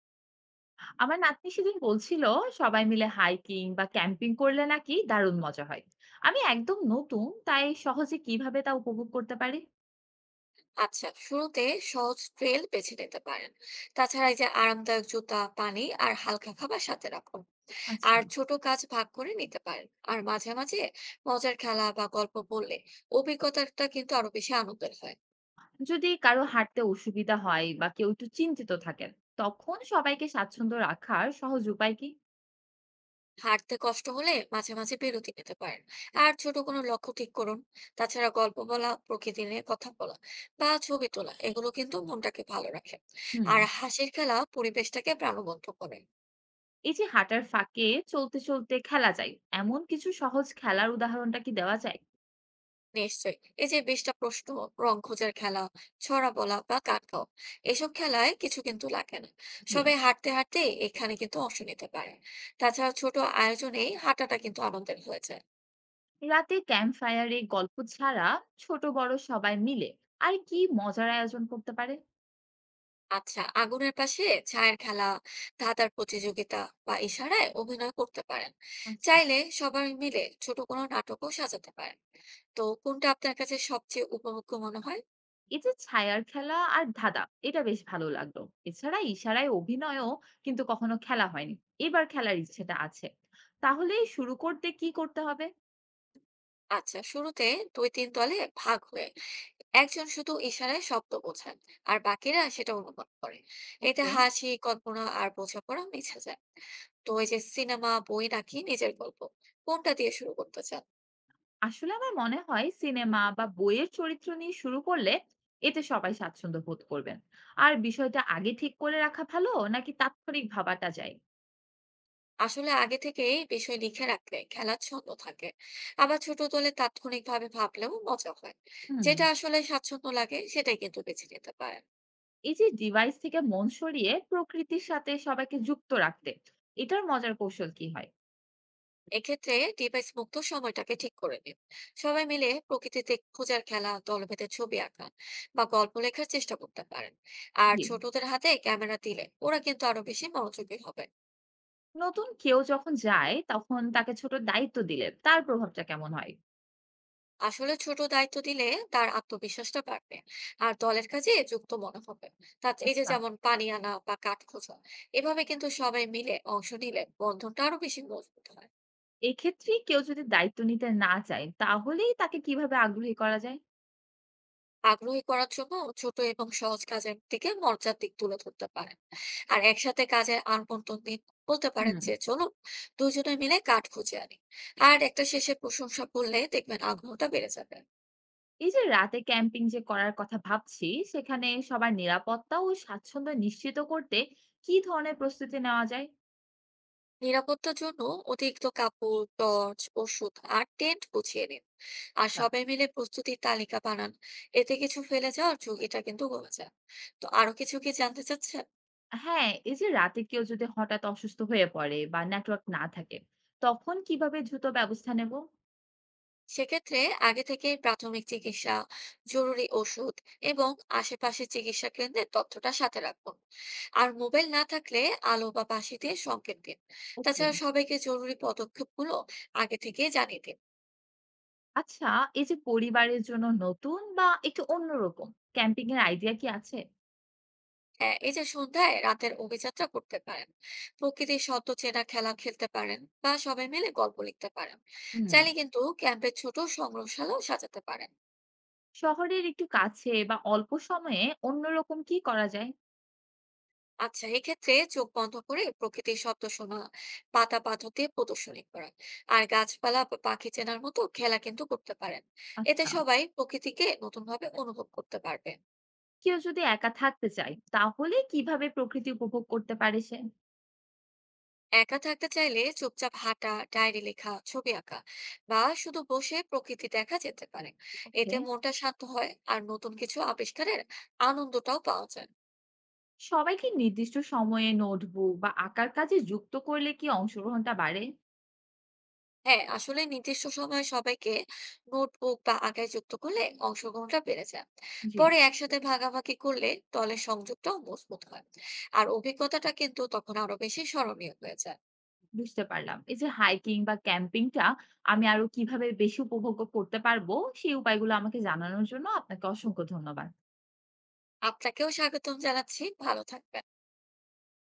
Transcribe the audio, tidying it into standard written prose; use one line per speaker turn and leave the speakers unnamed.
আমার নাতনি সেদিন বলছিল সবাই মিলে হাইকিং বা ক্যাম্পিং করলে নাকি দারুণ মজা হয়। আমি একদম নতুন, তাই সহজে কিভাবে তা উপভোগ করতে পারি?
আচ্ছা, শুরুতে সহজ ট্রেল বেছে নিতে পারেন। তাছাড়া এই যে আরামদায়ক জুতা, পানি আর হালকা খাবার সাথে রাখুন।
আচ্ছা।
আর ছোট কাজ ভাগ করে নিতে পারেন। আর মাঝে মাঝে মজার খেলা বা গল্প বললে অভিজ্ঞতাটা কিন্তু আরো বেশি আনন্দের হয়।
যদি কারো হাঁটতে অসুবিধা হয় বা কেউ একটু চিন্তিত থাকেন, তখন সবাইকে স্বাচ্ছন্দ্য রাখার সহজ উপায় কি?
হাঁটতে কষ্ট হলে মাঝে মাঝে বিরতি নিতে পারেন। আর ছোট কোনো লক্ষ্য ঠিক করুন। তাছাড়া গল্প বলা, প্রকৃতি নিয়ে কথা বলা বা ছবি তোলা, এগুলো কিন্তু মনটাকে ভালো রাখে।
হুম।
আর হাসির খেলা পরিবেশটাকে প্রাণবন্ত করে।
এই যে হাঁটার ফাঁকে চলতে চলতে খেলা যায়, এমন কিছু সহজ খেলার উদাহরণটা কি দেওয়া যায়?
নিশ্চয়ই, এই যে বিশটা প্রশ্ন, রং খোঁজার খেলা, ছড়া বলা বা কাটকাও, এসব খেলায় কিছু কিন্তু লাগে না।
জি।
সবাই হাঁটতে হাঁটতে এখানে কিন্তু অংশ নিতে পারে। তাছাড়া ছোট আয়োজনে হাঁটাটা কিন্তু আনন্দের হয়ে যায়।
রাতে ক্যাম্প ফায়ারে গল্প ছাড়া ছোট বড় সবাই মিলে আর কি মজার আয়োজন করতে পারে?
আচ্ছা, আগুনের পাশে ছায়ের খেলা, ধাঁধার প্রতিযোগিতা বা ইশারায় অভিনয় করতে পারেন।
আচ্ছা।
চাইলে সবাই মিলে ছোট কোনো নাটকও সাজাতে পারেন। তো কোনটা আপনার কাছে সবচেয়ে উপভোগ্য মনে হয়?
এই যে ছায়ার খেলা আর ধাঁধা, এটা বেশ ভালো লাগলো। এছাড়া ইশারায় অভিনয়ও কিন্তু কখনো খেলা হয়নি। এবার খেলার ইচ্ছেটা আছে, তাহলে শুরু করতে কি করতে হবে?
আচ্ছা, শুরুতে দুই তিন দলে ভাগ হয়ে একজন শুধু ইশারায় শব্দ বোঝান, আর বাকিরা সেটা অনুমান করে। এতে
ওকে।
হাসি, কল্পনা আর বোঝাপড়া মিশে যায়। তো এই যে সিনেমা, বই নাকি নিজের গল্প, কোনটা দিয়ে শুরু করতে চান?
আসলে আমার মনে হয় সিনেমা বা বইয়ের চরিত্র নিয়ে শুরু করলে এতে সবাই স্বাচ্ছন্দ্য বোধ করবেন। আর বিষয়টা আগে ঠিক করে রাখা ভালো, নাকি তাৎক্ষণিক ভাবাটা যায়?
আসলে আগে থেকেই বিষয় লিখে রাখলে খেলার ছন্দ থাকে। আবার ছোট দলে তাৎক্ষণিকভাবে ভাবলেও মজা হয়।
হুম।
যেটা আসলে স্বাচ্ছন্দ্য লাগে সেটাই কিন্তু বেছে নিতে পারেন।
এই যে ডিভাইস থেকে মন সরিয়ে প্রকৃতির সাথে সবাইকে যুক্ত রাখতে, এটার মজার কৌশল কি হয়?
এক্ষেত্রে ডিভাইস মুক্ত সময়টাকে ঠিক করে নিন। সবাই মিলে প্রকৃতিতে খোঁজার খেলা, দলভেদে ছবি আঁকা বা গল্প লেখার চেষ্টা করতে পারেন। আর
জি।
ছোটদের হাতে ক্যামেরা দিলে ওরা কিন্তু আরো বেশি মনোযোগী হবে।
নতুন কেউ যখন যায়, তখন তাকে ছোট দায়িত্ব দিলে তার প্রভাবটা কেমন হয়?
আসলে ছোট দায়িত্ব দিলে তার আত্মবিশ্বাসটা বাড়বে, আর দলের কাজে যুক্ত মনে হবে। তা এই যে
আচ্ছা।
যেমন পানি আনা বা কাঠ খোঁজা, এভাবে কিন্তু সবাই মিলে অংশ নিলে বন্ধনটা আরো বেশি মজবুত হয়।
এক্ষেত্রে কেউ যদি দায়িত্ব নিতে না চায়, তাহলেই তাকে কিভাবে আগ্রহী করা যায়?
আগ্রহী করার জন্য ছোট এবং সহজ কাজের দিকে মজার দিক তুলে ধরতে পারেন। আর একসাথে কাজের আনবন্টন দিন। বলতে
হুম।
পারেন যে, চলুন দুজনে মিলে কাঠ খুঁজে আনি। আর একটা শেষে প্রশংসা করলে দেখবেন আগ্রহটা বেড়ে যাবে।
এই যে রাতে ক্যাম্পিং যে করার কথা ভাবছি, সেখানে সবার নিরাপত্তা ও স্বাচ্ছন্দ্য নিশ্চিত করতে কি ধরনের প্রস্তুতি নেওয়া যায়?
নিরাপত্তার জন্য অতিরিক্ত কাপড়, টর্চ, ওষুধ আর টেন্ট গুছিয়ে নিন। আর
আচ্ছা।
সবাই মিলে প্রস্তুতির তালিকা বানান। এতে কিছু ফেলে যাওয়ার ঝুঁকিটা কিন্তু কমে যায়। তো আরো কিছু কি জানতে চাচ্ছেন?
হ্যাঁ, এই যে রাতে কেউ যদি হঠাৎ অসুস্থ হয়ে পড়ে বা নেটওয়ার্ক না থাকে, তখন কিভাবে দ্রুত ব্যবস্থা নেব?
সেক্ষেত্রে আগে থেকেই প্রাথমিক চিকিৎসা, জরুরি ওষুধ এবং আশেপাশের চিকিৎসা কেন্দ্রের তথ্যটা সাথে রাখুন। আর মোবাইল না থাকলে আলো বা বাঁশি দিয়ে সংকেত দিন।
ওকে।
তাছাড়া সবাইকে জরুরি পদক্ষেপগুলো আগে থেকেই জানিয়ে দিন।
আচ্ছা, এই যে পরিবারের জন্য নতুন বা একটু অন্যরকম ক্যাম্পিং এর আইডিয়া কি আছে?
হ্যাঁ, এই যে সন্ধ্যায় রাতের অভিযাত্রা করতে পারেন, প্রকৃতির শব্দ চেনা খেলা খেলতে পারেন বা সবাই মিলে গল্প লিখতে পারেন।
হুম।
চাইলে কিন্তু ক্যাম্পের ছোট সংগ্রহশালাও সাজাতে পারেন।
শহরের একটু কাছে বা অল্প সময়ে অন্যরকম কি করা যায়?
আচ্ছা, এক্ষেত্রে চোখ বন্ধ করে প্রকৃতির শব্দ শোনা, পাতা পাথর দিয়ে প্রদর্শনী করা আর গাছপালা বা পাখি চেনার মতো খেলা কিন্তু করতে পারেন। এতে
আচ্ছা।
সবাই প্রকৃতিকে নতুন ভাবে অনুভব করতে পারবে।
কেউ যদি একা থাকতে চায়, তাহলে কিভাবে প্রকৃতি উপভোগ করতে পারে সে?
একা থাকতে চাইলে চুপচাপ হাঁটা, ডায়েরি লেখা, ছবি আঁকা বা শুধু বসে প্রকৃতি দেখা যেতে পারে।
ওকে।
এতে মনটা শান্ত হয়, আর নতুন কিছু আবিষ্কারের আনন্দটাও পাওয়া যায়।
সবাইকে নির্দিষ্ট সময়ে নোটবুক বা আঁকার কাজে যুক্ত করলে কি অংশগ্রহণটা বাড়ে?
হ্যাঁ, আসলে নির্দিষ্ট সময়ে সবাইকে নোটবুক বা আঁকায় যুক্ত করলে অংশগ্রহণটা বেড়ে যায়।
জি।
পরে একসাথে ভাগাভাগি করলে দলের সংযোগটাও মজবুত হয়। আর অভিজ্ঞতাটা কিন্তু তখন আরো বেশি স্মরণীয় হয়ে যায়।
বুঝতে পারলাম। এই যে হাইকিং বা ক্যাম্পিংটা আমি আরো কিভাবে বেশি উপভোগ্য করতে পারবো, সেই উপায়গুলো আমাকে জানানোর জন্য আপনাকে অসংখ্য ধন্যবাদ।
আপনাকেও স্বাগতম জানাচ্ছি, ভালো থাকবেন।